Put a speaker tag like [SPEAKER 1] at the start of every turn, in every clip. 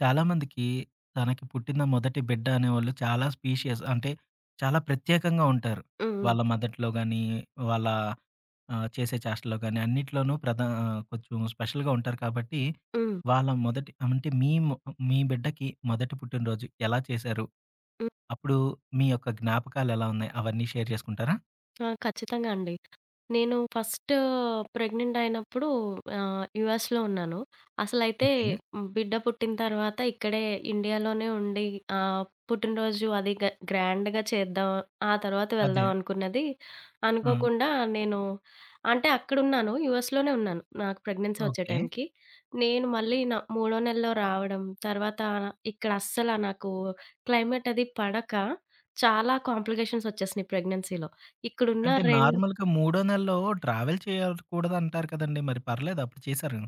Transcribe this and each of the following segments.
[SPEAKER 1] చాలామందికి తనకి పుట్టిన మొదటి బిడ్డ అనేవాళ్ళు చాలా స్పీషియస్ అంటే చాలా ప్రత్యేకంగా ఉంటారు.
[SPEAKER 2] హ్మ్.
[SPEAKER 1] వాళ్ళ మదర్‌లో గానీ, వాళ్ళ చేసే చేష్టల్లో గానీ అన్నిట్లోనూ కొంచెం స్పెషల్‌గా ఉంటారు కాబట్టి,
[SPEAKER 2] హ్మ్. హ్మ్.
[SPEAKER 1] వాళ్ళ మొదటి అంటే మీ బిడ్డకి మొదటి పుట్టినరోజు ఎలా చేశారు? అప్పుడు మీ యొక్క జ్ఞాపకాలెలా ఉన్నాయి? అవన్నీ షేర్ చేసుకుంటారా?
[SPEAKER 2] ఆ, ఖచ్చితంగా అండి. నేను ఫస్ట్ ప్రెగ్నెంట్ అయినప్పుడు యూఎస్‌లో ఉన్నాను. అసలైతే
[SPEAKER 1] ఓకే.
[SPEAKER 2] బిడ్డ పుట్టిన తర్వాత ఇక్కడే ఇండియాలోనే ఉండి ఆహ్, పుట్టినరోజు అది గ్రాండ్‌గా చేద్దాం. ఆ తర్వాత
[SPEAKER 1] అదే.
[SPEAKER 2] వెళ్దాం అనుకున్నది.
[SPEAKER 1] ఆ!
[SPEAKER 2] అనుకోకుండా నేను, అంటే అక్కడున్నాను. యూఎస్‌లోనే ఉన్నాను నాకు ప్రెగ్నెన్సీ వచ్చే
[SPEAKER 1] ఓకే.
[SPEAKER 2] టైంకి. నేను మళ్ళీ నా మూడో నెలలో రావడం, తర్వాత ఇక్కడ అస్సల నాకు క్లైమేట్ అది పడక చాలా కాంప్లికేషన్స్ వచ్చేసినాయి ప్రెగ్నెన్సీలో. ఇక్కడున్న
[SPEAKER 1] అంటే
[SPEAKER 2] రెండు.
[SPEAKER 1] నార్మల్‌గా మూడో నెలలో ట్రావెల్ చేయకూడదంటారు కదండీ! మరి పర్లేదా అప్పుడు చేశారు?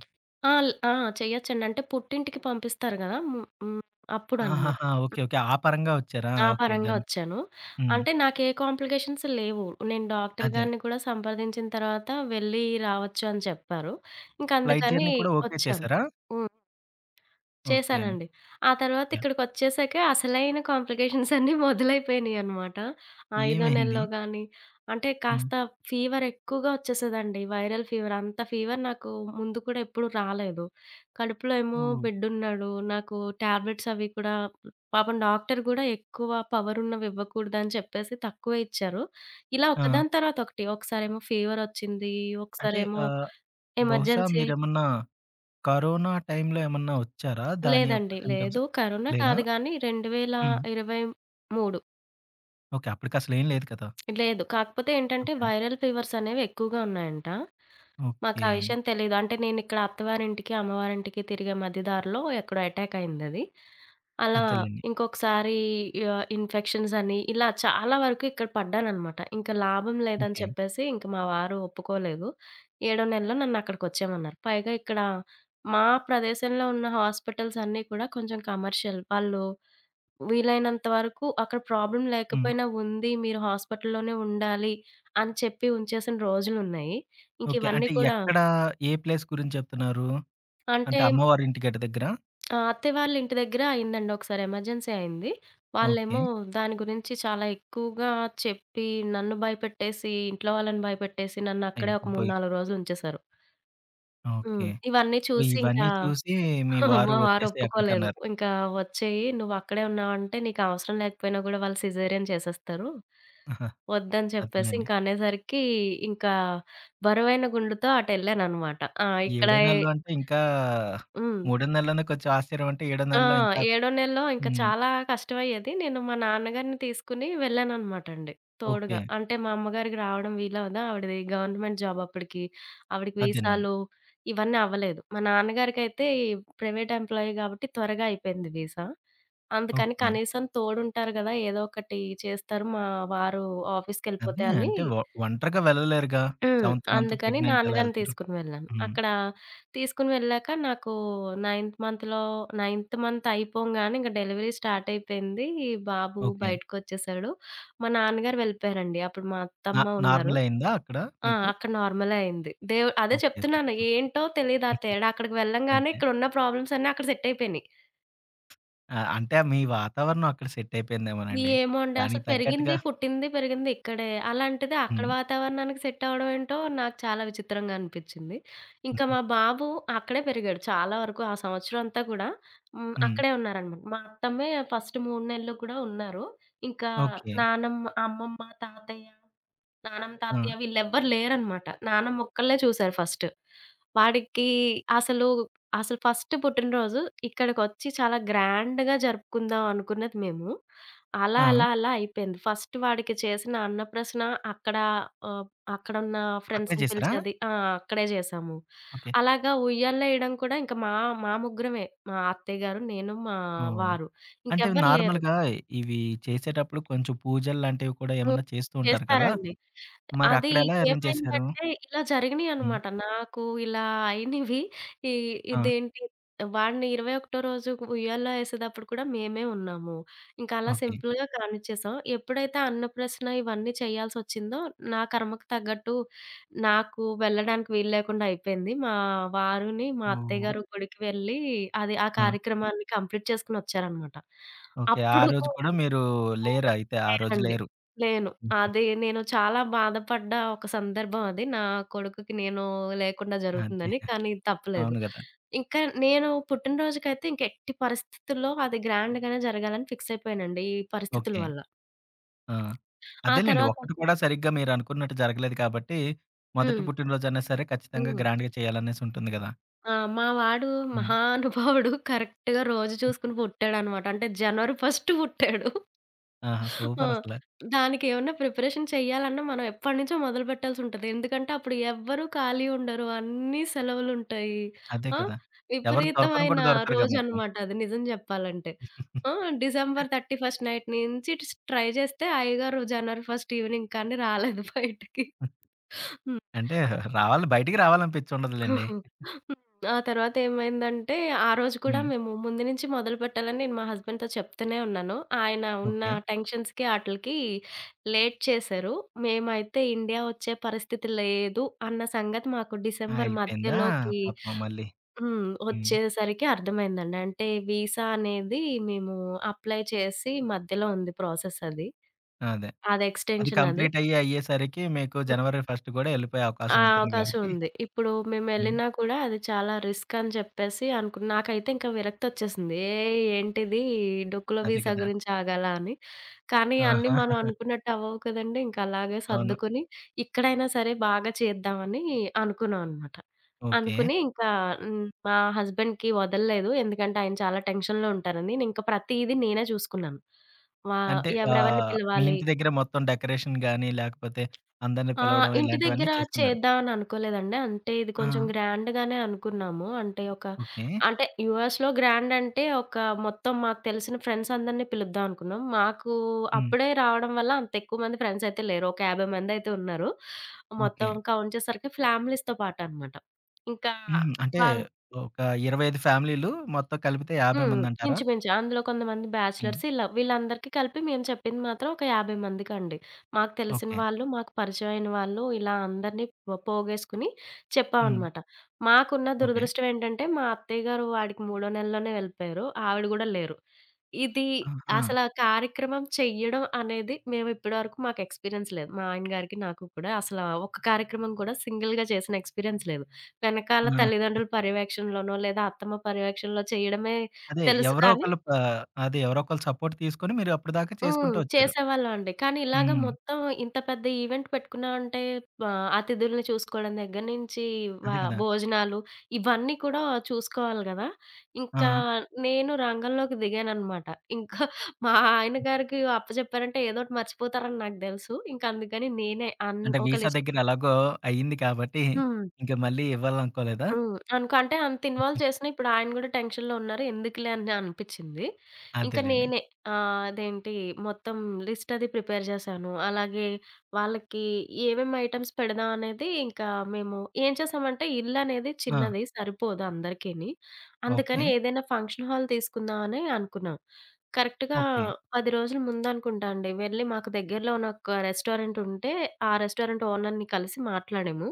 [SPEAKER 2] ఆ! ల్ ఆ! చెయ్యొచ్చండి. అంటే పుట్టింటికి పంపిస్తారు గదా! హ్మ్. హ్మ్. అప్పుడనమాట.
[SPEAKER 1] ఆహాహా! ఓకే. ఓకే. ఆ పరంగా వచ్చారా?
[SPEAKER 2] ఆ
[SPEAKER 1] ఓకే.
[SPEAKER 2] పరంగా
[SPEAKER 1] డన్.
[SPEAKER 2] ఒచ్చాను.
[SPEAKER 1] హ్మ్.
[SPEAKER 2] అంటే నాకే కాంప్లికేషన్స్ లేవు. నేను డాక్టర్
[SPEAKER 1] అదే.
[SPEAKER 2] గారిని కూడా సంప్రదించిన తర్వాత వెళ్ళి రావచ్చు అని చెప్పారు.
[SPEAKER 1] ఫ్లైట్
[SPEAKER 2] ఇంకందుకని
[SPEAKER 1] జర్నీ కూడా ఓకే
[SPEAKER 2] ఒచ్చాను.
[SPEAKER 1] చేసారా?
[SPEAKER 2] హ్మ్.
[SPEAKER 1] ఓకే.
[SPEAKER 2] చేశానండి. ఆ తర్వాత
[SPEAKER 1] యాహ్!
[SPEAKER 2] ఇక్కడికొచ్చేసాక అసలైన కాంప్లికేషన్స్ అన్నీ మొదలైపోయినియనమాట. ఐదో
[SPEAKER 1] ఏమైంది?
[SPEAKER 2] నెలలో గాని, అంటే
[SPEAKER 1] హ్మ్.
[SPEAKER 2] కాస్త ఫీవర్ ఎక్కువగా వచ్చేసేదండి. Viral fever. అంత ఫీవర్ నాకు ముందు కూడా ఎప్పుడు రాలేదు. కడుపులో ఏమో
[SPEAKER 1] ఓహ్!
[SPEAKER 2] బిడ్డున్నాడు. నాకు టాబ్లెట్స్ అవి కూడా, పాపం డాక్టర్ గూడా ఎక్కువ పవర్ ఉన్నవి ఇవ్వకూడదని చెప్పేసి తక్కువే ఇచ్చారు. ఇలా
[SPEAKER 1] ఆ!
[SPEAKER 2] ఒకదాని తర్వాత ఒకటి. ఒకసారేమో ఫీవర్ వచ్చింది.
[SPEAKER 1] అంటే
[SPEAKER 2] ఒకసారేమో
[SPEAKER 1] బహుశా
[SPEAKER 2] ఎమర్జెన్సీ.
[SPEAKER 1] మీరేమన్నా కరోనా టైమ్‌లో ఏమన్నా వచ్చారా? దాని యొక్క
[SPEAKER 2] లేదండి.
[SPEAKER 1] సింప్టమ్స్
[SPEAKER 2] లేదు, కరోనా
[SPEAKER 1] లేదా?
[SPEAKER 2] కాదు. గానీ
[SPEAKER 1] హ్మ్.
[SPEAKER 2] 2023
[SPEAKER 1] ఓకే. అప్పటికసలేం లేదు కదా!
[SPEAKER 2] లేదు. కాకపోతే ఏంటంటే
[SPEAKER 1] ఓకే.
[SPEAKER 2] వైరల్ ఫీవర్స్ అనేవి ఎక్కువగా ఉన్నాయంట. మాకా
[SPEAKER 1] ఓకే.
[SPEAKER 2] విషయం తెలీదు. అంటే నేనిక్కడ అత్తవారింటికి, అమ్మవారింటికి తిరిగే మధ్య దారిలో ఎక్కడో అటాక్ అయిందది. అలా
[SPEAKER 1] అదేలెండి.
[SPEAKER 2] ఇంకొకసారి ఇన్ఫెక్షన్స్ అని ఇలా చాలా వరకు ఇక్కడ పడ్డాననమాట. ఇంక లాభం లేదని
[SPEAKER 1] ఓకే.
[SPEAKER 2] చెప్పేసి ఇంక మా వారు ఒప్పుకోలేదు. ఏడో నెలలో నన్నక్కడికొచ్చేయమన్నారు. పైగా ఇక్కడ మా ప్రదేశంలో ఉన్న హాస్పిటల్స్ అన్నీ కూడా కొంచెం కమర్షియల్. వాళ్ళు వీలైనంత వరకు అక్కడ ప్రాబ్లమ్
[SPEAKER 1] హ్మ్.
[SPEAKER 2] లేకపోయినా ఉంది, మీరు హాస్పిటల్‌లోనే ఉండాలి అని చెప్పి ఉంచేసిన రోజులున్నాయి. ఇంక
[SPEAKER 1] ఓకే.
[SPEAKER 2] ఇవన్నీ
[SPEAKER 1] అంటే
[SPEAKER 2] కూడా,
[SPEAKER 1] ఎక్కడ, ఏ ప్లేస్ గురించి చెప్తున్నారు? అంటే
[SPEAKER 2] అంటే
[SPEAKER 1] అమ్మవారి ఇంటి గట్టు దగ్గరా?
[SPEAKER 2] అత్తయ్య వాళ్ళ ఇంటి దగ్గర అయిందండి ఒకసారి ఎమర్జెన్సీ అయింది.
[SPEAKER 1] ఓకే.
[SPEAKER 2] వాళ్ళేమో దాని గురించి చాలా ఎక్కువగా చెప్పి, నన్ను భయపెట్టేసి, ఇంట్లో వాళ్ళని భయపెట్టేసి,
[SPEAKER 1] అయ్య
[SPEAKER 2] నన్నక్కడే ఒక 3,
[SPEAKER 1] బాబోయ్!
[SPEAKER 2] 4 రోజులు ఉంచేశారు. హ్మ్.
[SPEAKER 1] ఓకే.
[SPEAKER 2] ఇవన్నీ చూసి ఇంకా
[SPEAKER 1] ఇవన్నీ చూసి మీ వారు
[SPEAKER 2] మా వారు
[SPEAKER 1] వచ్చేసేయి
[SPEAKER 2] ఒప్పుకోలేదు.
[SPEAKER 1] అక్కడికన్నారు.
[SPEAKER 2] ఇంకా, "వచ్చేయి, నువ్వక్కడే ఉన్నావంటే నీకవసరం లేకపోయినా గూడా వాళ్ళు సిజేరియన్ చేసేస్తారు.
[SPEAKER 1] ఆహా!
[SPEAKER 2] వద్దని" చెప్పేసి
[SPEAKER 1] అదేలెండి.
[SPEAKER 2] ఇంక అనేసరికి ఇంకా బరువైన గుండెతో అటెళ్ళాననమాట. ఆ, ఇక్కడ.
[SPEAKER 1] ఏడో నెలలో అంటే ఇంకా
[SPEAKER 2] హ్మ్.
[SPEAKER 1] మూడో నెలలోనే కొంచెం ఆశ్చర్యం అంటే ఏడో
[SPEAKER 2] ఆ,
[SPEAKER 1] నెలలో ఇంకా
[SPEAKER 2] ఏడో నెలలో ఇంకా
[SPEAKER 1] హ్మ్.
[SPEAKER 2] చాలా కష్టమయ్యేది. నేను మా నాన్నగారిని తీసుకొని వెళ్ళాననమాట అండి
[SPEAKER 1] ఓకే.
[SPEAKER 2] తోడుగా. అంటే మా అమ్మగారికి రావడం వీలవదా, ఆవిడది గవర్నమెంట్ జాబ్ అప్పటికి. ఆవిడకి
[SPEAKER 1] అదేనండి.
[SPEAKER 2] వీసాలు ఇవన్నీ అవ్వలేదు. మా నాన్నగారికైతే ఈ ప్రైవేట్ ఎంప్లాయీ కాబట్టి త్వరగా అయిపోయింది వీసా. అందుకని
[SPEAKER 1] ఓకే.
[SPEAKER 2] కనీసం తోడుంటారు గదా, ఏదో ఒకటి చేస్తారు మా వారు
[SPEAKER 1] అదే
[SPEAKER 2] ఆఫీస్‌కెళ్ళిపోతే అని.
[SPEAKER 1] అంటే ఒంటరిగా వెళ్ళలేరుగా.
[SPEAKER 2] హ్మ్.
[SPEAKER 1] సెవెంత్ మంత్
[SPEAKER 2] అందుకని
[SPEAKER 1] ప్రెగ్నెంట్ ఎలా
[SPEAKER 2] నాన్నగారిని
[SPEAKER 1] ఎళ్తారు?
[SPEAKER 2] తీసుకొని వెళ్ళాను.
[SPEAKER 1] హ్మ్.
[SPEAKER 2] అక్కడ తీసుకొని వెళ్ళాక నాకు నైన్త్ మంత్‌లో, నైన్త్ మంత్ అయిపోంగానే ఇంక డెలివరీ స్టార్ట్ అయిపోయింది. బాబు
[SPEAKER 1] ఓకే.
[SPEAKER 2] బయటకొచ్చేసాడు. మా నాన్నగారు వెళ్ళిపోయారండి. అప్పుడు మా
[SPEAKER 1] నా
[SPEAKER 2] అత్తమ్మ ఉన్నారు.
[SPEAKER 1] నార్మల్ అయిందా అక్కడ
[SPEAKER 2] ఆ,
[SPEAKER 1] మీకు?
[SPEAKER 2] అక్కడ నార్మలే అయింది. దేవు అదే
[SPEAKER 1] ఓకే.
[SPEAKER 2] చెప్తున్నాను,
[SPEAKER 1] సూపర్. సూపర్.
[SPEAKER 2] ఏంటో తెలీదు ఆ తేడా. అక్కడికి
[SPEAKER 1] హ్మ్.
[SPEAKER 2] వెళ్ళంగానే
[SPEAKER 1] అంతే.
[SPEAKER 2] ఇక్కడున్న ప్రాబ్లమ్స్ అన్నీ అక్కడ సెట్ అయిపోయినాయి.
[SPEAKER 1] ఆ! అంటే మీ వాతావరణం అక్కడ సెట్ అయిపోయిందేమోనండి.
[SPEAKER 2] ఏమో అండి.
[SPEAKER 1] దానికి
[SPEAKER 2] అసలు పెరిగింది,
[SPEAKER 1] తగ్గట్టుగా
[SPEAKER 2] పుట్టింది, పెరిగింది ఇక్కడే. అలాంటిది అక్కడ
[SPEAKER 1] హ్మ్.
[SPEAKER 2] వాతావరణానికి సెట్ అవ్వడం ఏంటో నాకు చాలా విచిత్రంగా అనిపిచ్చింది. ఇంకా మా బాబు అక్కడే పెరిగాడు చాలా వరకు. ఆ సంవత్సరం అంతా కూడా, హ్మ్,
[SPEAKER 1] హ్మ్.
[SPEAKER 2] అక్కడే ఉన్నారనమాట. మా అత్తమ్మే ఫస్ట్ 3 నెలలు కూడా ఉన్నారు. ఇంకా
[SPEAKER 1] ఓకే.
[SPEAKER 2] నానమ్మ, అమ్మమ్మ, తాతయ్య, నానమ్మ,
[SPEAKER 1] ఆ!
[SPEAKER 2] తాతయ్య వీళ్ళెవ్వరు లేరనమాట. నానమ్మ ఒక్కళ్ళే చూసారు ఫస్ట్. వాడికి అసలు, అసలు ఫస్ట్ పుట్టినరోజు ఇక్కడికొచ్చి చాలా గ్రాండ్‌గా జరుపుకుందాం అనుకున్నది మేము. అలా,
[SPEAKER 1] ఆ!
[SPEAKER 2] అలా, అలా అయిపోయింది. ఫస్ట్ వాడికి చేసిన అన్నప్రసన అక్కడ ఆహ్, అక్కడున్న
[SPEAKER 1] అక్కడే
[SPEAKER 2] ఫ్రెండ్స్‌ని
[SPEAKER 1] చేసారా?
[SPEAKER 2] పిలిచి, అది ఆ, అక్కడే జేసాము.
[SPEAKER 1] ఓకే.
[SPEAKER 2] అలాగా ఉయ్యాల్లో ఎయడం కూడా ఇంక మా మా ముగ్గురమే. మా అత్తయ్య గారు, నేను, మా
[SPEAKER 1] ఓహ్!
[SPEAKER 2] వారు.
[SPEAKER 1] అంటే
[SPEAKER 2] ఇంకెవ్వరు లేరు.
[SPEAKER 1] నార్మల్‌గా ఇవి చేసేటప్పుడు కొంచెం పూజలు లాంటివి కూడా
[SPEAKER 2] హ్మ్.
[SPEAKER 1] ఏమన్నా చేస్తూ ఉంటారు కదా!
[SPEAKER 2] చేస్తారండి.
[SPEAKER 1] మరి
[SPEAKER 2] అది
[SPEAKER 1] అక్కడ ఎలా అరేంజ్ చేశారు?
[SPEAKER 2] ఏమైందంటే ఇలా
[SPEAKER 1] హ్మ్.
[SPEAKER 2] జరిగినియనమాట. నాకు ఇలా అయినవి. ఈ
[SPEAKER 1] ఆ!
[SPEAKER 2] ఇదేంటి వాడిని 21 రోజు ఉయ్యాల్లో ఏసేటప్పుడు కూడా మేమే ఉన్నాము. ఇంకా అలా
[SPEAKER 1] ఓకే.
[SPEAKER 2] సింపుల్‌గా కానిచ్చేసాం. ఎప్పుడైతే అన్నప్రసన ఇవన్నీ చేయాల్సొచ్చిందో, నా కర్మకు తగ్గట్టు నాకు వెళ్ళడానికి వీలు లేకుండా అయిపోయింది. మా వారుని, మా అత్తయ్య
[SPEAKER 1] ఓహ్!
[SPEAKER 2] గారు గుడికి వెళ్ళి అది ఆ
[SPEAKER 1] ఆ!
[SPEAKER 2] కార్యక్రమాన్ని కంప్లీట్ చేసుకొనొచ్చారనమాట.
[SPEAKER 1] ఓకే. ఆ
[SPEAKER 2] అప్పుడు
[SPEAKER 1] రోజు
[SPEAKER 2] కూడా
[SPEAKER 1] కూడా మీరు లేరా
[SPEAKER 2] అవును.
[SPEAKER 1] అయితే? ఆ రోజు
[SPEAKER 2] లేనండి.
[SPEAKER 1] లేరు.
[SPEAKER 2] లేను.
[SPEAKER 1] హుహు.
[SPEAKER 2] అది నేను చాలా బాధపడ్డ ఒక సందర్భం అది. నా కొడుకుకి నేను లేకుండా
[SPEAKER 1] అదే.
[SPEAKER 2] జరుగుతుందని. కానీ తప్పలేదు.
[SPEAKER 1] అవును గదా!
[SPEAKER 2] ఇంకా నేను పుట్టినరోజుకైతే ఇంక ఎట్టి పరిస్థితుల్లో అది గ్రాండ్‌గానే జరగాలని ఫిక్స్ అయిపోయానండి ఈ పరిస్థితుల
[SPEAKER 1] ఓకే.
[SPEAKER 2] వల్ల.
[SPEAKER 1] ఆ!
[SPEAKER 2] ఆ
[SPEAKER 1] అదేలెండి.
[SPEAKER 2] తర్వాత.
[SPEAKER 1] ఒక్కటి కూడా సరిగ్గా మీరనుకున్నట్టు జరగలేదు కాబట్టి, మొదటి
[SPEAKER 2] హ్మ్.
[SPEAKER 1] పుట్టినరోజన్నా సరే ఖచ్చితంగా
[SPEAKER 2] హ్మ్.
[SPEAKER 1] గ్రాండ్‌గా చేయాలనేసి ఉంటుంది గదా!
[SPEAKER 2] ఆ, మా వాడు
[SPEAKER 1] హ్మ్.
[SPEAKER 2] మహానుభావుడు కరెక్ట్‌గా రోజు చూసుకొని పుట్టాడనమాట. అంటే జనవరి ఫస్ట్ పుట్టాడు.
[SPEAKER 1] ఆహా!
[SPEAKER 2] ఆ,
[SPEAKER 1] సూపరసల.
[SPEAKER 2] దానికేమన్నా ప్రిపరేషన్ చెయ్యాలన్నా మనం ఎప్పటినుంచో మొదలుపెట్టాల్సుంటది. ఎందుకంటే అప్పుడు ఎవ్వరూ ఖాళీ ఉండరు. అన్నీ సెలవులుంటాయి.
[SPEAKER 1] అదే
[SPEAKER 2] ఆ,
[SPEAKER 1] కదా! ఎవరు దొరకను
[SPEAKER 2] విపరీతమైన
[SPEAKER 1] కూడా దొరకరుగా మీకు.
[SPEAKER 2] రోజనమాట అది నిజం జెప్పాలంటే. ఆ, డిసెంబర్ 31 నైట్ నుంచి ట్రై జేస్తే అయ్యగారు జనవరి 1 ఈవెనింగ్ కానీ రాలేదు బయటికి. హ్మ్.
[SPEAKER 1] అంటే రావాలి బయటికి రావాలనిపించి ఉండదులెండి.
[SPEAKER 2] హ్మ్. ఆ తర్వాత ఏమైందంటే, ఆ రోజు కూడా
[SPEAKER 1] హ్మ్.
[SPEAKER 2] మేము ముందు నుంచి మొదలుపెట్టాలని నేను మా హస్బెండ్‌తో చెప్తూనే ఉన్నాను. ఆయన ఉన్న
[SPEAKER 1] ఓకే.
[SPEAKER 2] టెన్షన్స్‌కి ఆటిలకి లేట్ చేశారు. మేమైతే ఇండియా వచ్చే పరిస్థితి లేదు అన్న సంగతి మాకు
[SPEAKER 1] ఆ!
[SPEAKER 2] డిసెంబర్
[SPEAKER 1] అయిపోయిందా?
[SPEAKER 2] మధ్యలోకి,
[SPEAKER 1] పాపం మళ్ళీ.
[SPEAKER 2] హ్మ్,
[SPEAKER 1] హ్మ్.
[SPEAKER 2] వచ్చేసరికి అర్థమైందండి. అంటే వీసా అనేది మేము అప్లై చేసి మధ్యలో ఉంది ప్రాసెస్ అది.
[SPEAKER 1] అదే.
[SPEAKER 2] అది
[SPEAKER 1] అది
[SPEAKER 2] ఎక్స్‌టెన్షన్ అది.
[SPEAKER 1] కంప్లీట్ అయ్యి అయ్యేసరికి మీకు జనవరి 1 గూడా ఎళ్ళిపోయే
[SPEAKER 2] ఆ,
[SPEAKER 1] అవకాశం ఉంటుంది
[SPEAKER 2] అవకాశం
[SPEAKER 1] గాబట్టి
[SPEAKER 2] ఉంది. ఇప్పుడు
[SPEAKER 1] హ్మ్.
[SPEAKER 2] మేమెళ్ళినా కూడా అది చాలా రిస్క్ అని చెప్పేసి అనుకున్నా. నాకైతే ఇంకా విరక్తొచ్చేసింది. ఏయ్, ఏంటిది డొక్కులో
[SPEAKER 1] అదే
[SPEAKER 2] వీసా
[SPEAKER 1] కదా!
[SPEAKER 2] గురించి ఆగాలా అని. కానీ అన్నీ
[SPEAKER 1] ఆహా!
[SPEAKER 2] మనం అనుకున్నట్టు అవ్వవు కదండీ. ఇంక అలాగే
[SPEAKER 1] అవును.
[SPEAKER 2] సర్దుకుని ఇక్కడైనా సరే బాగా చేద్దామని అనుకున్నాం అనమాట.
[SPEAKER 1] ఓకే.
[SPEAKER 2] అనుకుని ఇంకా, హ్మ్, మా హస్బెండ్‌కి వదలలేదు. ఎందుకంటే ఆయన చాలా టెన్షన్‌లో ఉంటారని. నేనింక ప్రతీది నేనే చూసుకున్నాను. వా
[SPEAKER 1] అంటే
[SPEAKER 2] ఎవరెవరిని
[SPEAKER 1] మీ
[SPEAKER 2] పిలవాలి.
[SPEAKER 1] ఇంటి దగ్గర మొత్తం డెకరేషన్ గాని, లేకపోతే అందరిని
[SPEAKER 2] ఆ,
[SPEAKER 1] పిలవడం
[SPEAKER 2] ఇంటి
[SPEAKER 1] ఇలాంటివన్నీ
[SPEAKER 2] దగ్గర
[SPEAKER 1] చేసుకున్నారు.
[SPEAKER 2] చేద్దాం అని అనుకోలేదండి. అంటే ఇది
[SPEAKER 1] ఆ!
[SPEAKER 2] కొంచెం గ్రాండ్‌గానే అనుకున్నాము. అంటే ఒక,
[SPEAKER 1] ఓకే.
[SPEAKER 2] అంటే యూఎస్‌లో గ్రాండ్ అంటే ఒక మొత్తం మాకు తెలిసిన ఫ్రెండ్స్ అందరిని పిలుద్దాం అనుకున్నాం. మాకు
[SPEAKER 1] హ్మ్.
[SPEAKER 2] అప్పుడే రావడం వల్ల అంత ఎక్కువ మంది ఫ్రెండ్స్ అయితే లేరు. ఒక 50 మందయితే ఉన్నారు.
[SPEAKER 1] ఓకే.
[SPEAKER 2] మొత్తం కౌంట్ చేసరికి ఫ్యామిలీస్‌తో పాటు అనమాట. ఇంకా
[SPEAKER 1] హ్మ్. అంటే
[SPEAKER 2] వాళ్ళ,
[SPEAKER 1] ఒక 25 ఫ్యామిలీలు మొత్తం కలిపితే 50
[SPEAKER 2] హ్మ్,
[SPEAKER 1] మందంటారా?
[SPEAKER 2] ఇంచుమించు. అందులో కొంతమంది
[SPEAKER 1] హ్మ్.
[SPEAKER 2] బ్యాచిలర్స్, ఇలా వీళ్ళందరికీ కలిపి మేము చెప్పింది మాత్రం ఒక 50 మందికండి. మాకు తెలిసిన
[SPEAKER 1] ఓకే.
[SPEAKER 2] వాళ్ళు, మాకు పరిచయమైన వాళ్ళు, ఇలా అందరిని పోగేసుకొని
[SPEAKER 1] హ్మ్.
[SPEAKER 2] చెప్పామనమాట. మాకున్న
[SPEAKER 1] ఓకే.
[SPEAKER 2] దురదృష్టం ఏంటంటే మా అత్తయ్య గారు వాడికి మూడో నెలలోనే వెళ్ళిపోయారు. ఆవిడ గూడా లేరు. ఇది
[SPEAKER 1] ఆహా!
[SPEAKER 2] అసల కార్యక్రమం చెయ్యడం అనేది మేము ఇప్పటివరకు మాకు ఎక్స్‌పీరియన్స్ లేదు. మా ఆయన గారికి నాకు కూడా అసల ఒక్క కార్యక్రమం కూడా సింగిల్‌గా చేసిన ఎక్స్‌పీరియన్స్ లేదు.
[SPEAKER 1] ఆ!
[SPEAKER 2] వెనకాల తల్లిదండ్రుల పర్యవేక్షణలోనో లేదా అత్తమ్మ పర్యవేక్షణలో చేయడమే
[SPEAKER 1] అదే
[SPEAKER 2] తెలుసు.
[SPEAKER 1] ఎవరో
[SPEAKER 2] కానీ,
[SPEAKER 1] ఒకళ్ళు ప అదే ఎవరో ఒకళ్ళు సపోర్ట్ తీసుకొని మీరు అప్పటిదాకా
[SPEAKER 2] హ్మ్,
[SPEAKER 1] చేసుకుంటూ వచ్చారు.
[SPEAKER 2] చేసేవాళ్ళమండి. కానీ ఇలాగ
[SPEAKER 1] హ్మ్.
[SPEAKER 2] మొత్తం ఇంత పెద్ద ఈవెంట్ పెట్టుకున్నామంటే అతిథుల్ని చూసుకోవడం దగ్గర నుంచి, వ
[SPEAKER 1] అదే కదా!
[SPEAKER 2] భోజనాలు, ఇవన్నీ కూడా చూసుకోవాలి గదా. ఇంకా
[SPEAKER 1] ఆ!
[SPEAKER 2] నేను రంగంలోకి దిగాననమాట. ఇంకా మా ఆయన గారికి అప్పజెప్పారంటే ఏదోకటి మర్చిపోతారని నాకు దెలుసు. ఇంక అందుకని నేనే
[SPEAKER 1] అంటే
[SPEAKER 2] ఒక
[SPEAKER 1] వీసా
[SPEAKER 2] లిస్ట్
[SPEAKER 1] దగ్గర
[SPEAKER 2] ప్రిపేర్.
[SPEAKER 1] ఎలాగో అయింది కాబట్టి
[SPEAKER 2] హ్మ్.
[SPEAKER 1] ఇంక మళ్ళీ ఇవ్వాలనుకోలేదా?
[SPEAKER 2] హ్మ్. అనుకో అంటే అంత ఇన్వాల్వ్ చేసినా ఇప్పుడు ఆయన గూడా టెన్షన్‌లో ఉన్నారు. ఎందుకులే అని అనిపిచ్చింది. ఇంకా
[SPEAKER 1] అదేలెండి.
[SPEAKER 2] నేనే అదేంటి మొత్తం లిస్ట్ అది ప్రిపేర్ చేశాను. అలాగే వాళ్ళకి ఏమేమి ఐటెమ్స్ పెడదాం అనేది. ఇంకా మేము ఏం చేసామంటే ఇల్లనేది
[SPEAKER 1] ఆ!
[SPEAKER 2] చిన్నది సరిపోదు అందరికిని.
[SPEAKER 1] ఓకే.
[SPEAKER 2] అందుకని ఏదైనా ఫంక్షన్ హాల్ తీసుకుందాం అని అనుకున్నాం. కరెక్ట్‌గా
[SPEAKER 1] ఓకే.
[SPEAKER 2] 10 రోజుల ముందనుకుంటా అండి, వెళ్ళి మాకు దగ్గరలో ఉన్న ఒక రెస్టారెంట్ ఉంటే, ఆ రెస్టారెంట్ ఓనర్‌ని కలిసి మాట్లాడాము.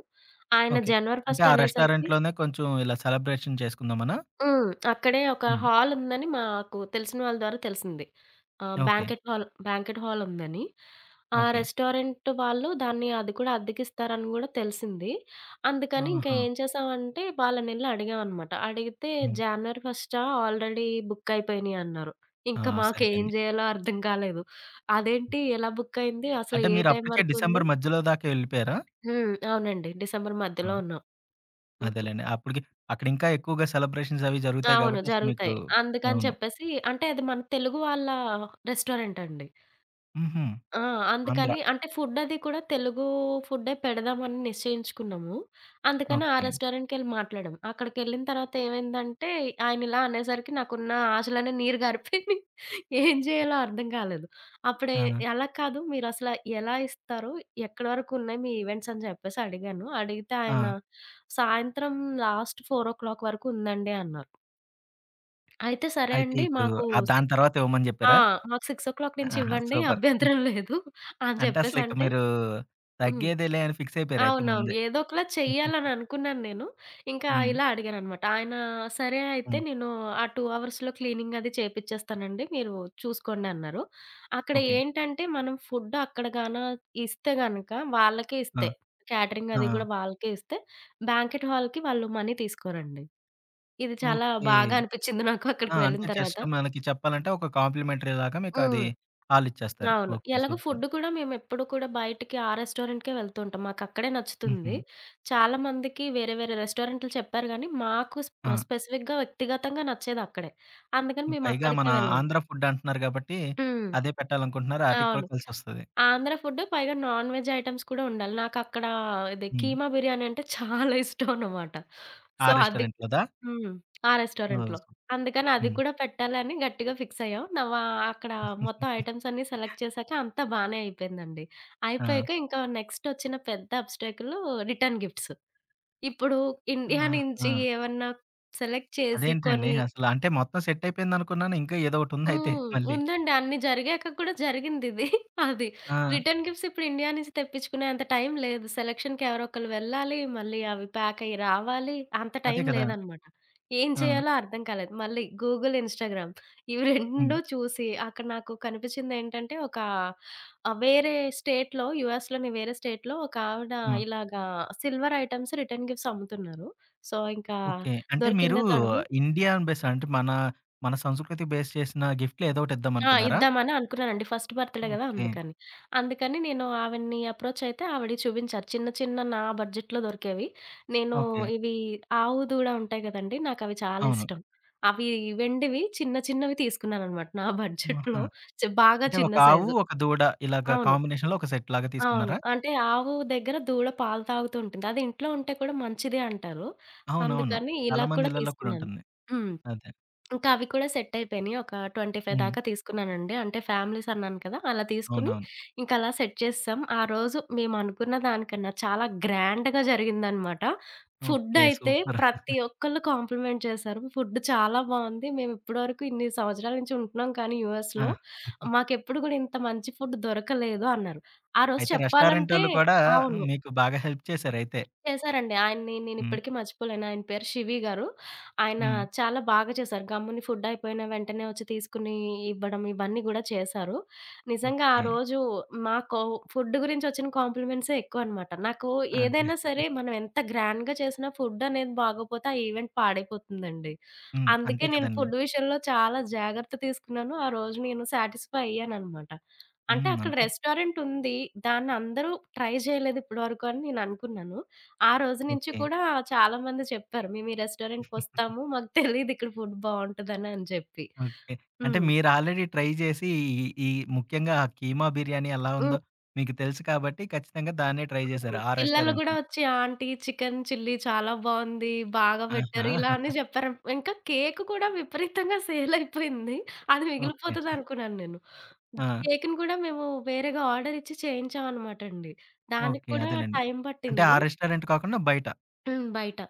[SPEAKER 2] ఆయన
[SPEAKER 1] ఓకే.
[SPEAKER 2] జనవరి
[SPEAKER 1] అంటే
[SPEAKER 2] 1
[SPEAKER 1] ఆ
[SPEAKER 2] అనేసరికి,
[SPEAKER 1] రెస్టారెంట్‌లోనే కొంచెం ఇలా సెలబ్రేషన్ చేసుకుందామనా?
[SPEAKER 2] హ్మ్, అక్కడే ఒక
[SPEAKER 1] హ్మ్.
[SPEAKER 2] హాలుందని మాకు తెలిసిన వాళ్ళ ద్వారా తెలిసింది. ఆహ్,
[SPEAKER 1] ఓకే.
[SPEAKER 2] బ్యాంకెట్ హాల్ బ్యాంకెట్ హాలుందని. ఆ
[SPEAKER 1] ఓకే.
[SPEAKER 2] రెస్టారెంట్ వాళ్ళు దాన్ని అది కూడా అద్దెకిస్తారని గూడా తెలిసింది. అందుకని ఇంకా
[SPEAKER 1] ఆహా!
[SPEAKER 2] ఏం చేసామంటే వాళ్ళనెళ్లి అడిగామనమాట. అడిగితే
[SPEAKER 1] హ్మ్.
[SPEAKER 2] జనవరి ఫస్టా ఆల్రెడీ బుక్ అయిపోయినియి అన్నారు.
[SPEAKER 1] ఆ!
[SPEAKER 2] ఇంకా మాకేం
[SPEAKER 1] సరిపోయింది.
[SPEAKER 2] జేయాలో అర్థం కాలేదు. అదేంటి ఎలా బుక్ అయింది? అసలు
[SPEAKER 1] అంటే
[SPEAKER 2] ఏ
[SPEAKER 1] మీరు
[SPEAKER 2] టైం
[SPEAKER 1] అప్పటికే
[SPEAKER 2] వరకుంది?
[SPEAKER 1] డిసెంబర్ మధ్యలో దాకా వెళ్ళిపోయారా?
[SPEAKER 2] హ్మ్. అవునండి. డిసెంబర్
[SPEAKER 1] ఆ!
[SPEAKER 2] మధ్యలో ఉన్నాం.
[SPEAKER 1] అదేలెండి. అప్పటికి అక్కడ ఇంకా ఎక్కువగా సెలబ్రేషన్స్ అవి జరుగుతాయి
[SPEAKER 2] అవును,
[SPEAKER 1] కాబట్టి అసలు మీకు
[SPEAKER 2] జరుగుతాయి. అందుకని
[SPEAKER 1] అవును.
[SPEAKER 2] చెప్పేసి, అంటే అది మన తెలుగు వాళ్ళ రెస్టారెంట్ అండి.
[SPEAKER 1] హుహు.
[SPEAKER 2] ఆ,
[SPEAKER 1] ఆంధ్ర.
[SPEAKER 2] అందుకని అంటే ఫుడ్ అది కూడా తెలుగు ఫుడ్డే పెడదామని నిశ్చయించుకున్నాము. అందుకని ఆ
[SPEAKER 1] ఓకే.
[SPEAKER 2] రెస్టారెంట్‌కెళ్ళి మాట్లాడాం. అక్కడికెళ్ళిన తర్వాత ఏమైందంటే ఆయనిలా అనేసరికి నాకున్న ఆశలన్నీ నీరు గారిపోయినాయి. ఏం చేయాలో అర్థం కాలేదు. అప్పుడే,
[SPEAKER 1] ఆ!
[SPEAKER 2] అలా కాదు మీరసల, ఎలా ఇస్తారు? ఎక్కడి వరకు ఉన్నాయి మీ ఈవెంట్స్ అని చెప్పేసి అడిగాను. అడిగితే
[SPEAKER 1] ఆ!
[SPEAKER 2] ఆయన, సాయంత్రం లాస్ట్ 4 వరకు ఉందండి అన్నారు. అయితే సరే
[SPEAKER 1] అయితే
[SPEAKER 2] అండి.
[SPEAKER 1] ఇప్పుడు
[SPEAKER 2] మాకు
[SPEAKER 1] దాని
[SPEAKER 2] సిక్
[SPEAKER 1] తర్వాత ఇవ్వమని
[SPEAKER 2] ఆ!
[SPEAKER 1] జెప్పారా?
[SPEAKER 2] మాకు 6 నుంచి
[SPEAKER 1] ఆహా!
[SPEAKER 2] ఇవ్వండి,
[SPEAKER 1] సూపర్.
[SPEAKER 2] అభ్యంతరం లేదు అని
[SPEAKER 1] అంటే అసలిక
[SPEAKER 2] చెప్పేసంటే,
[SPEAKER 1] మీరు
[SPEAKER 2] హ్మ్,
[SPEAKER 1] తగ్గేదేలే అని ఫిక్స్ అయిపోయారు అయితే
[SPEAKER 2] అవునవును.
[SPEAKER 1] ముందే.
[SPEAKER 2] ఏదో ఒకలా చెయ్యాలని అనుకున్నాను నేను. ఇంకా
[SPEAKER 1] హ్మ్.
[SPEAKER 2] ఇలా అడిగాననమాట. ఆయన సరే అయితే
[SPEAKER 1] హ్మ్.
[SPEAKER 2] నేను ఆ 2 అవర్స్‌లో క్లీనింగ్ అది చేపిచ్చేస్తానండి, మీరు చూసుకోండి అన్నారు. అక్కడ
[SPEAKER 1] ఓకే.
[SPEAKER 2] ఏంటంటే మనం ఫుడ్ అక్కడ గాన ఇస్తే గనక వాళ్ళకే
[SPEAKER 1] ఆ!
[SPEAKER 2] ఇస్తే, క్యాటరింగ్ అది
[SPEAKER 1] ఆ!
[SPEAKER 2] కూడా వాళ్ళకే ఇస్తే బ్యాంక్వెట్ హాల్‌కి వాళ్ళు మనీ తీసుకోరండి. ఇది చాలా
[SPEAKER 1] ఓకే.
[SPEAKER 2] బాగా అనిపిచ్చింది నాకు
[SPEAKER 1] ఆ!
[SPEAKER 2] అక్కడికి వెళ్ళిన
[SPEAKER 1] అంటే
[SPEAKER 2] తర్వాత.
[SPEAKER 1] జస్ట్ మనకి చెప్పాలంటే ఒక కాంప్లిమెంటరీ లాగా మీకది
[SPEAKER 2] హ్మ్.
[SPEAKER 1] ఆళ్ళిచ్చేస్తారు.
[SPEAKER 2] అవును.
[SPEAKER 1] ఓకే.
[SPEAKER 2] ఎలాగో
[SPEAKER 1] సూపర్.
[SPEAKER 2] ఫుడ్ కూడా మేమెప్పుడు కూడా బయటికి ఆ రెస్టారెంట్‌కే వెళ్తూ ఉంటాం. మాకక్కడే
[SPEAKER 1] హుహు.
[SPEAKER 2] నచ్చుతుంది. చాలామందికి వేరే వేరే రెస్టారెంట్లు చెప్పారు గానీ, మాకు
[SPEAKER 1] ఆ!
[SPEAKER 2] స్పెసిఫిక్‌గా వ్యక్తిగతంగా నచ్చేదక్కడే. అందుకని
[SPEAKER 1] పైగా మన
[SPEAKER 2] మేమక్కడికే వెళ్ళాం.
[SPEAKER 1] ఆంధ్ర ఫుడ్ అంటున్నారు గాబట్టి
[SPEAKER 2] హ్మ్.
[SPEAKER 1] అదే పెట్టాలనుకుంటున్నారు. ఆటికి కూడా
[SPEAKER 2] అవును.
[SPEAKER 1] కలిసొస్తది.
[SPEAKER 2] ఆంధ్ర ఫుడ్ పైగా నాన్ వెజ్ ఐటెమ్స్ కూడా ఉండాలి. నాకక్కడ ఇది
[SPEAKER 1] హ్మ్.
[SPEAKER 2] కీమా బిర్యానీ అంటే చాలా ఇష్టం అన్నమాట.
[SPEAKER 1] ఆ
[SPEAKER 2] సో అది,
[SPEAKER 1] రెస్టారెంట్‌లోదా?
[SPEAKER 2] హ్మ్, ఆ
[SPEAKER 1] ఓహ్!
[SPEAKER 2] రెస్టారెంట్‌లో. అందుకని అది
[SPEAKER 1] హ్మ్.
[SPEAKER 2] కూడా పెట్టాలని గట్టిగా ఫిక్స్ అయ్యాం. అక్కడ మొత్తం ఐటెమ్స్ అన్నీ సెలెక్ట్ చేశాక అంతా బానే అయిపోయిందండి.
[SPEAKER 1] ఆ!
[SPEAKER 2] అయిపోయాక ఇంకా నెక్స్ట్ వచ్చిన పెద్ద అబ్‌స్టాకిల్, రిటర్న్ గిఫ్ట్స్. ఇప్పుడు ఇండియా నుంచి
[SPEAKER 1] ఆహా!
[SPEAKER 2] ఏమన్నా సెలెక్ట్ చేసి
[SPEAKER 1] అదేంటండి
[SPEAKER 2] కొని,
[SPEAKER 1] అసల? అంటే మొత్తం సెట్ అయిపోయిందనుకున్నాను. ఇంకా ఏదో ఒకటుందయితే
[SPEAKER 2] హ్మ్,
[SPEAKER 1] మళ్ళీ.
[SPEAKER 2] ఉందండి. అన్ని జరిగాక కూడా జరిగిందిది. అది.
[SPEAKER 1] ఆ!
[SPEAKER 2] రిటర్న్ గిఫ్ట్స్ ఇప్పుడు ఇండియా నుంచి తెప్పించుకునే అంత టైం లేదు. సెలక్షన్‌కి ఎవరో ఒకళ్ళు వెళ్ళాలి. మళ్ళీ అవి ప్యాక్ అయ్యి రావాలి. అంత
[SPEAKER 1] అదే
[SPEAKER 2] టైం
[SPEAKER 1] కదా!
[SPEAKER 2] లేదనమాట. ఏం
[SPEAKER 1] ఆ!
[SPEAKER 2] చేయాలో అర్థం కాలేదు. మళ్ళీ గూగుల్, ఇన్‌స్టాగ్రామ్ ఇవి
[SPEAKER 1] హ్మ్.
[SPEAKER 2] 2 చూసి అక్కడ నాకు కనిపించిందేంటంటే ఒక ఆహ్, వేరే స్టేట్‌లో యూఎస్‌లోని వేరే స్టేట్‌లో ఒక ఆవిడ
[SPEAKER 1] హ్మ్.
[SPEAKER 2] ఇలాగా సిల్వర్ ఐటెమ్స్ రిటర్న్ గిఫ్ట్స్ అమ్ముతున్నారు. సో, ఇంకా
[SPEAKER 1] ఓకే. అంటే మీరు
[SPEAKER 2] దొరికిందే తడువు.
[SPEAKER 1] ఇండియన్ బేస్ అంటే మన, మన సంస్కృతి బేస్ చేసిన గిఫ్ట్‌లో ఏదో
[SPEAKER 2] ఆ,
[SPEAKER 1] ఒకటిద్దామనుకున్నారా?
[SPEAKER 2] ఇద్దామని అనుకున్నానండి, ఫస్ట్ బర్త్‌డే గదా,
[SPEAKER 1] ఓకే.
[SPEAKER 2] అందుకని. అందుకని నేను ఆవిడని అప్రోచ్ అయితే ఆవిడ చూపించారు చిన్న చిన్న నా బడ్జెట్‌లో దొరికేవి. నేను
[SPEAKER 1] ఓకే.
[SPEAKER 2] ఇవి ఆవు దూడ ఉంటాయి గదండీ, నాకవి చాలా
[SPEAKER 1] అవును.
[SPEAKER 2] ఇష్టం. అవి వెండివి చిన్న చిన్నవి తీసుకున్నాననమాట నా
[SPEAKER 1] ఆహా!
[SPEAKER 2] బడ్జెట్‌లో. చ్ బాగా
[SPEAKER 1] అంటే ఒక
[SPEAKER 2] చిన్న
[SPEAKER 1] ఆవు,
[SPEAKER 2] సైజు.
[SPEAKER 1] ఒక దూడ ఇలాగ
[SPEAKER 2] అవును.
[SPEAKER 1] కాంబినేషన్‌లో ఒక సెట్‌లాగా
[SPEAKER 2] అవును,
[SPEAKER 1] తీసుకున్నారా?
[SPEAKER 2] అంటే ఆవు దగ్గర దూడ పాలు తాగుతూ ఉంటుంది. అది ఇంట్లో ఉంటే కూడా మంచిదే అంటారు.
[SPEAKER 1] అవునవును.
[SPEAKER 2] అందుకని
[SPEAKER 1] చాలా
[SPEAKER 2] ఇలా
[SPEAKER 1] మంది
[SPEAKER 2] కూడా
[SPEAKER 1] ఇళ్ళల్లో కూడా
[SPEAKER 2] తీసుకున్నాను.
[SPEAKER 1] ఉంటుంది.
[SPEAKER 2] హ్మ్.
[SPEAKER 1] అదే.
[SPEAKER 2] ఇంకా అవి కూడా సెట్ అయిపోయినాయి. ఒక 25
[SPEAKER 1] హ్మ్.
[SPEAKER 2] దాకా తీసుకున్నానండి. అంటే ఫ్యామిలీస్ అన్నాను కదా, అలా తీసుకుని
[SPEAKER 1] అవునవును.
[SPEAKER 2] ఇంకా అలా సెట్ చేసేసాం. ఆ రోజు మేము అనుకున్న దానికన్నా చాలా గ్రాండ్‌గా జరిగిందనమాట. Food
[SPEAKER 1] okay.
[SPEAKER 2] అయితే
[SPEAKER 1] సూపర్.
[SPEAKER 2] ప్రతి ఒక్కళ్ళు కాంప్లిమెంట్ చేశారు. ఫుడ్ చాలా బావుంది. మేము ఇప్పటివరకు ఇన్ని సంవత్సరాల నుంచి ఉంటున్నాం కానీ
[SPEAKER 1] ఆ!
[SPEAKER 2] యూఎస్‌లో మాకెప్పుడు కూడా ఇంత మంచి ఫుడ్ దొరకలేదు అన్నారు. ఆ రోజు
[SPEAKER 1] అయితే
[SPEAKER 2] చెప్పాలంటే
[SPEAKER 1] రెస్టారెంటోళ్ళు కూడా
[SPEAKER 2] అవును.
[SPEAKER 1] మీకు బాగా హెల్ప్ చేశారయితే.
[SPEAKER 2] చేశారండి. ఆయన్ని
[SPEAKER 1] హ్మ్.
[SPEAKER 2] నేనిప్పటికీ మర్చిపోలేను. ఆయన పేరు 'శివి' గారు. ఆయన
[SPEAKER 1] హ్మ్.
[SPEAKER 2] చాలా బాగా చేశారు. గమ్ముని ఫుడ్ అయిపోయిన వెంటనే వచ్చి తీసుకుని ఇవ్వడం ఇవన్నీ గూడా చేశారు. నిజంగా ఆ
[SPEAKER 1] ఓకే.
[SPEAKER 2] రోజు మాకు ఫుడ్ గురించి వచ్చిన కాంప్లిమెంట్సే ఎక్కువనమాట. నాకు
[SPEAKER 1] అదే.
[SPEAKER 2] ఏదైనా సరే మనం ఎంత గ్రాండ్‌గా చేసినా ఫుడ్ అనేది బాగోపోతే ఆ ఈవెంట్ పాడైపోతుందండి.
[SPEAKER 1] హ్మ్.
[SPEAKER 2] అందుకే
[SPEAKER 1] అంతే
[SPEAKER 2] నేను
[SPEAKER 1] కదండీ.
[SPEAKER 2] ఫుడ్ విషయంలో చాలా జాగ్రత్త తీసుకున్నాను. ఆ రోజు నేను సాటిస్ఫై అయ్యాననమాట. అంటే
[SPEAKER 1] హ్మ్.
[SPEAKER 2] అక్కడ
[SPEAKER 1] అంతే.
[SPEAKER 2] రెస్టారెంట్ ఉంది. దాన్ని అందరూ ట్రై చేయలేదు ఇప్పటి వరకు అని నేననుకున్నాను. ఆ రోజు నుంచి
[SPEAKER 1] ఓకే.
[SPEAKER 2] కూడా చాలామంది చెప్పారు, "మేము ఈ రెస్టారెంట్‌కొస్తాము. మాకు తెలీదు ఇక్కడ ఫుడ్ బావుంటదని" అని చెప్పి.
[SPEAKER 1] ఓకే. అంటే
[SPEAKER 2] హ్మ్.
[SPEAKER 1] మీరు ఆల్రెడీ ట్రై చేసి ఈ ఈ ముఖ్యంగా ఆ కీమా బిర్యానీ ఎలా
[SPEAKER 2] హ్మ్.
[SPEAKER 1] ఉందో మీకు తెలుసు కాబట్టి ఖచ్చితంగా దాన్నే ట్రై
[SPEAKER 2] హ్మ్.
[SPEAKER 1] చేశారు. ఆ
[SPEAKER 2] పిల్లలు గూడా
[SPEAKER 1] రెస్టారెంట్‌నే.
[SPEAKER 2] వచ్చి ఆంటీ చికెన్ చిల్లీ చాలా బావుంది, బాగా
[SPEAKER 1] ఆహా!
[SPEAKER 2] పెట్టారు ఇలా అని చెప్పారు. ఇంకా కేక్ కూడా విపరీతంగా సేల్ అయిపోయింది. అది
[SPEAKER 1] ఓకే.
[SPEAKER 2] మిగిలిపోతదనుకున్నాను నేను.
[SPEAKER 1] ఆ!
[SPEAKER 2] కేక్‌ని కూడా మేము వేరేగా ఆర్డర్ ఇచ్చి చేయించామనమాటండి. దానికి
[SPEAKER 1] ఓకే.
[SPEAKER 2] కూడా
[SPEAKER 1] అదేలెండి.
[SPEAKER 2] టైం
[SPEAKER 1] అంటే ఆ
[SPEAKER 2] పట్టింది.
[SPEAKER 1] రెస్టారెంట్ కాకుండా బయట.
[SPEAKER 2] హ్మ్, బయట.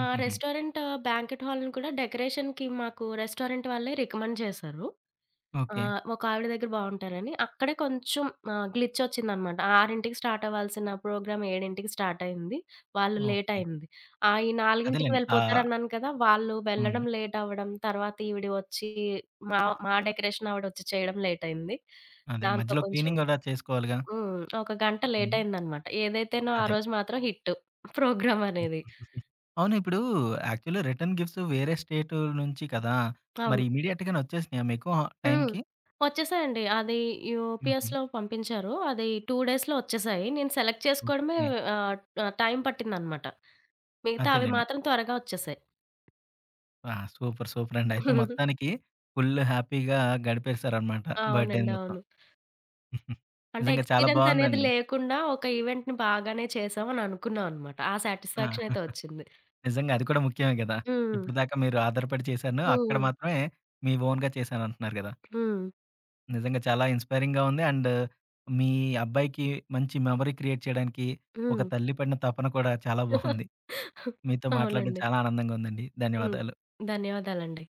[SPEAKER 2] ఆ రెస్టారెంట్ బ్యాంక్వెట్ హాల్‌ని కూడా డెకరేషన్‌కి మాకు రెస్టారెంట్ వాళ్ళే రికమెండ్ చేశారు. ఆ,
[SPEAKER 1] ఓకే.
[SPEAKER 2] ఒకావిడ దగ్గర బావుంటారని. అక్కడే కొంచెం గ్లిచ్ ఒచ్చిందనమాట. 6కి స్టార్ట్ అవ్వాల్సిన ప్రోగ్రామ్ 7కి స్టార్ట్ అయింది. వాళ్ళు లేట్
[SPEAKER 1] ఓకే.
[SPEAKER 2] అయింది. ఆ, ఈ 4కి
[SPEAKER 1] అదేలెండి.
[SPEAKER 2] వెళ్ళిపోతారన్నాను కదా, వాళ్ళు
[SPEAKER 1] హ్మ్.
[SPEAKER 2] వెళ్ళడం లేట్ అవ్వడం, తర్వాత ఈవిడ వచ్చి మా మా డెకరేషన్ ఆవిడొచ్చి చేయడం లేట్ అయింది.
[SPEAKER 1] అదే
[SPEAKER 2] దాంతో
[SPEAKER 1] మధ్యలో
[SPEAKER 2] కొంచెం,
[SPEAKER 1] క్లీనింగ్ కూడా చేసుకోవాలిగా.
[SPEAKER 2] హ్మ్, ఒక గంట లేట్
[SPEAKER 1] హ్మ్.
[SPEAKER 2] అయిందనమాట. ఏదైతేనో ఆ
[SPEAKER 1] అదే.
[SPEAKER 2] రోజు మాత్రం హిట్ ప్రోగ్రామ్ అనేది.
[SPEAKER 1] అవును. ఇప్పుడు యాక్చువల్లీ రిటర్న్ గిఫ్ట్స్ వేరే స్టేట్ నుంచి కదా! మరి
[SPEAKER 2] అవును.
[SPEAKER 1] ఇమ్మీడియేట్‌గానే వచ్చేసినాయా మీకు
[SPEAKER 2] హ్మ్.
[SPEAKER 1] టైంకి?
[SPEAKER 2] వచ్చేసాయండి. అది
[SPEAKER 1] హుహు.
[SPEAKER 2] యూపీఎస్‌లో పంపించారు. అది 2 డేస్‌లో వచ్చేసాయి. నేను సెలెక్ట్ చేసుకోవడమే
[SPEAKER 1] ఓకే.
[SPEAKER 2] ఆహ్, ఆహ్, టైం పట్టిందనమాట. మిగతా అవి
[SPEAKER 1] అదేలెండి.
[SPEAKER 2] మాత్రం త్వరగా వచ్చేసాయి.
[SPEAKER 1] ఆ! సూపర్. సూపర్ అండి. అయితే మొత్తానికి ఫుల్ హ్యాపీగా గడిపేసారనమాట బర్త్‌డేని
[SPEAKER 2] అవునండి,
[SPEAKER 1] మొత్తం.
[SPEAKER 2] అవును. అంటే
[SPEAKER 1] నిజంగా చాలా
[SPEAKER 2] ఎక్స్‌పీరియన్స్ అనేది
[SPEAKER 1] బావుందండి.
[SPEAKER 2] లేకుండా ఒక ఈవెంట్‌ని బాగానే చేశాం అని అనుకున్నాం అనమాట. ఆ
[SPEAKER 1] ఆ!
[SPEAKER 2] సాటిస్ఫాక్షన్ అయితే వచ్చింది.
[SPEAKER 1] నిజంగా అది కూడా ముఖ్యమే గదా!
[SPEAKER 2] హ్మ్.
[SPEAKER 1] ఇప్పటిదాకా మీరు ఆధారపడి చేశాను. అక్కడ
[SPEAKER 2] హ్మ్.
[SPEAKER 1] మాత్రమే మీ ఓన్‌గా చేశానంటున్నారు గదా!
[SPEAKER 2] హ్మ్.
[SPEAKER 1] నిజంగా చాలా ఇన్‌స్పైరింగ్‌గా ఉంది. అండ్ మీ అబ్బాయికి మంచి మెమరీ క్రియేట్ చేయడానికి ఒక
[SPEAKER 2] హ్మ్.
[SPEAKER 1] తల్లి పడిన తపన కూడా చాలా బావుంది. మీతో మాట్లాడడం
[SPEAKER 2] అవునండి.
[SPEAKER 1] చాలా ఆనందంగా ఉందండి.
[SPEAKER 2] హ్మ్.
[SPEAKER 1] ధన్యవాదాలు.
[SPEAKER 2] ధన్యవాదాలండి.